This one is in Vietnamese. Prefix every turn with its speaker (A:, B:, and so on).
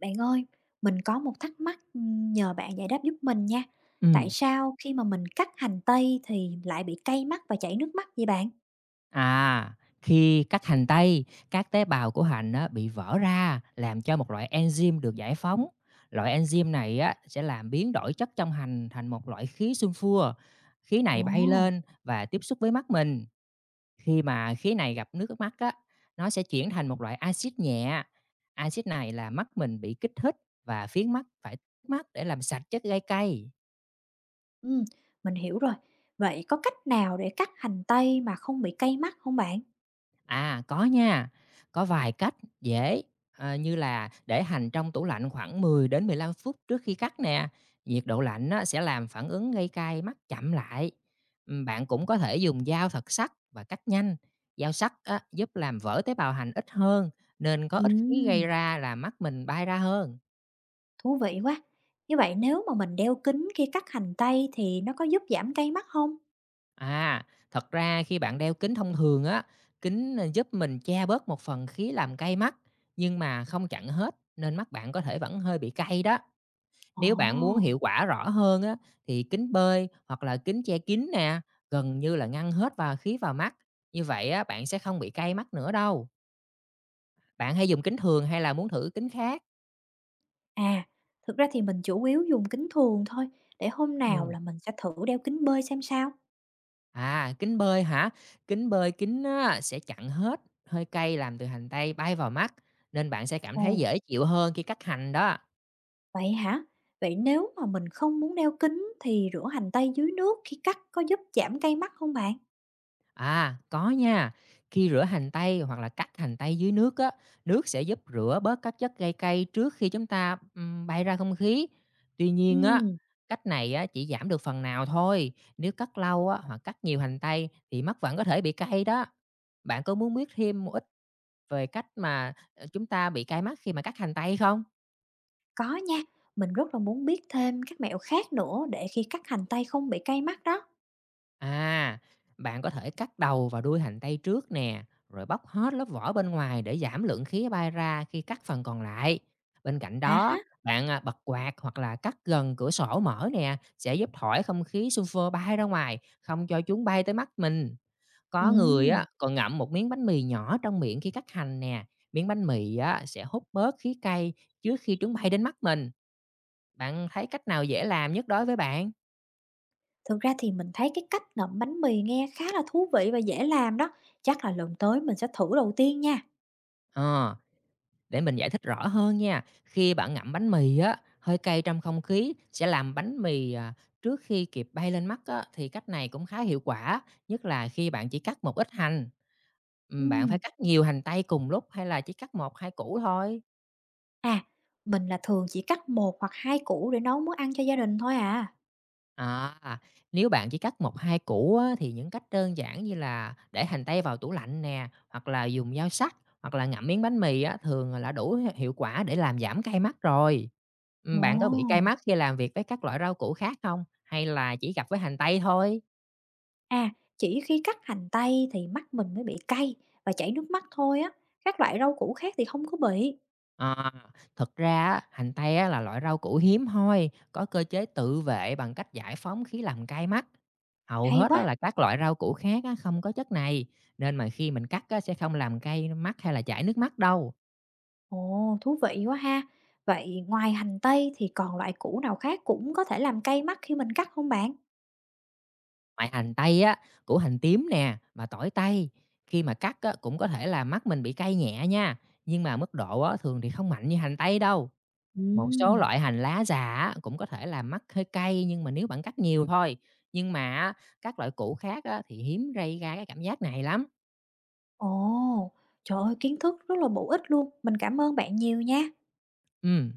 A: Bạn ơi, mình có một thắc mắc, nhờ bạn giải đáp giúp mình nha. Tại
B: Ừm,
A: sao khi mà mình cắt hành tây thì lại bị cay mắt và chảy nước mắt vậy bạn?
B: à, Khi cắt hành tây, các tế bào của hành á, bị vỡ ra làm cho một loại enzyme được giải phóng. Loại enzyme này á, sẽ làm biến đổi chất trong hành thành một loại khí sunfua. Khí này
A: Ồ,
B: bay lên và tiếp xúc với mắt mình. Khi mà khí này gặp nước mắt á, nó sẽ chuyển thành một loại axit nhẹ. Axit này là mắt mình bị kích thích và khiến mắt để làm sạch chất gây cay.
A: ừ, mình hiểu rồi. Vậy có cách nào để cắt hành tây mà không bị cay mắt không bạn?
B: À, có nha. Có vài cách dễ, như là để hành trong tủ lạnh khoảng 10 đến 15 phút trước khi cắt nè. Nhiệt độ lạnh á, sẽ làm phản ứng gây cay mắt chậm lại. Bạn cũng có thể dùng dao thật sắc và cắt nhanh. Dao sắc á, giúp làm vỡ tế bào hành ít hơn, nên có ít khí gây
A: Ừm,
B: ra là mắt mình bay ra hơn.
A: Thú vị quá. Như vậy nếu mà mình đeo kính khi cắt hành tây thì nó có giúp giảm cay mắt không?
B: À, thật ra khi bạn đeo kính thông thường á, kính giúp mình che bớt một phần khí làm cay mắt, nhưng mà không chặn hết nên mắt bạn có thể vẫn hơi bị cay đó.
A: Ồ,
B: Nếu bạn muốn hiệu quả rõ hơn á, thì kính bơi hoặc là kính che kín nè, gần như là ngăn hết vào khí vào mắt. Như vậy á, bạn sẽ không bị cay mắt nữa đâu. Bạn hay dùng kính thường hay là muốn thử kính khác?
A: à, thực ra thì mình chủ yếu dùng kính thường thôi. Để hôm nào
B: Ừ.
A: là mình sẽ thử đeo kính bơi xem sao.
B: À, kính bơi hả? Kính á, sẽ chặn hết hơi cay làm từ hành tây bay vào mắt nên bạn sẽ cảm thấy
A: Ồ,
B: dễ chịu hơn khi cắt hành đó.
A: vậy hả? Vậy nếu mà mình không muốn đeo kính thì rửa hành tây dưới nước khi cắt có giúp giảm cay mắt không bạn?
B: À, có nha. Khi rửa hành tây hoặc là cắt hành tây dưới nước á, nước sẽ giúp rửa bớt các chất gây cay trước khi chúng ta bay ra không khí. Tuy nhiên á,
A: Ừm,
B: cách này á chỉ giảm được phần nào thôi. Nếu cắt lâu á hoặc cắt nhiều hành tây thì mắt vẫn có thể bị cay đó. Bạn có muốn biết thêm một ít về cách mà chúng ta bị cay mắt khi mà cắt hành tây không?
A: có nha. Mình rất là muốn biết thêm các mẹo khác nữa để khi cắt hành tây không bị cay mắt đó.
B: À, bạn có thể cắt đầu và đuôi hành tây trước nè, rồi bóc hết lớp vỏ bên ngoài để giảm lượng khí bay ra khi cắt phần còn lại. Bên cạnh
A: À
B: đó,
A: ha.
B: bật quạt hoặc là cắt gần cửa sổ mở nè, sẽ giúp thổi không khí sulfur bay ra ngoài, không cho chúng bay tới mắt mình. Có người á
A: Ừm,
B: còn ngậm một miếng bánh mì nhỏ trong miệng khi cắt hành nè. Miếng bánh mì á sẽ hút bớt khí cay trước khi chúng bay đến mắt mình. Bạn thấy cách nào dễ làm nhất đối với bạn?
A: Thực ra thì mình thấy cái cách ngậm bánh mì nghe khá là thú vị và dễ làm đó. Chắc là lần tới mình sẽ thử đầu tiên nha.
B: Ờ, để mình giải thích rõ hơn nha. Khi bạn ngậm bánh mì á, hơi cay trong không khí sẽ làm bánh mì, trước khi kịp bay lên mắt á, thì cách này cũng khá hiệu quả, nhất là khi bạn chỉ cắt một ít hành. Bạn phải
A: Ừm,
B: cắt nhiều hành tây cùng lúc hay là chỉ cắt một hai củ thôi?
A: à, mình là thường chỉ cắt một hoặc hai củ để nấu món ăn cho gia đình thôi à.
B: À, nếu bạn chỉ cắt một hai củ á, thì những cách đơn giản như là để hành tây vào tủ lạnh nè, hoặc là dùng dao sắc, hoặc là ngậm miếng bánh mì á, thường là đủ hiệu quả để làm giảm cay mắt rồi. Bạn có bị cay
A: Ồ.
B: mắt khi làm việc với các loại rau củ khác không? Hay là chỉ gặp với hành tây thôi?
A: À, chỉ khi cắt hành tây thì mắt mình mới bị cay và chảy nước mắt thôi á. Các loại rau củ khác thì không có bị.
B: À, thực ra á, hành tây á là loại rau củ hiếm hoi, có cơ chế tự vệ bằng cách giải phóng khí làm cay mắt. Hầu
A: Hay
B: hết đó
A: quá.
B: là các loại rau củ khác á không có chất này, nên mà khi mình cắt á sẽ không làm cay mắt hay là chảy nước mắt đâu.
A: Ồ, thú vị quá ha. Vậy ngoài hành tây thì còn loại củ nào khác cũng có thể làm cay mắt khi mình cắt không bạn?
B: Ngoài hành tây á, củ hành tím nè và tỏi tây, khi mà cắt á cũng có thể là mắt mình bị cay nhẹ nha, nhưng mà mức độ á thường thì không mạnh như hành tây đâu. Một số
A: Ừm.
B: loại hành lá già á cũng có thể làm mắt hơi cay nhưng mà nếu bạn cắt nhiều thôi. Nhưng mà á, các loại củ khác á thì hiếm gây ra cái cảm giác này lắm.
A: Ồ, trời ơi, kiến thức rất là bổ ích luôn. Mình cảm ơn bạn nhiều nha.
B: Ừm.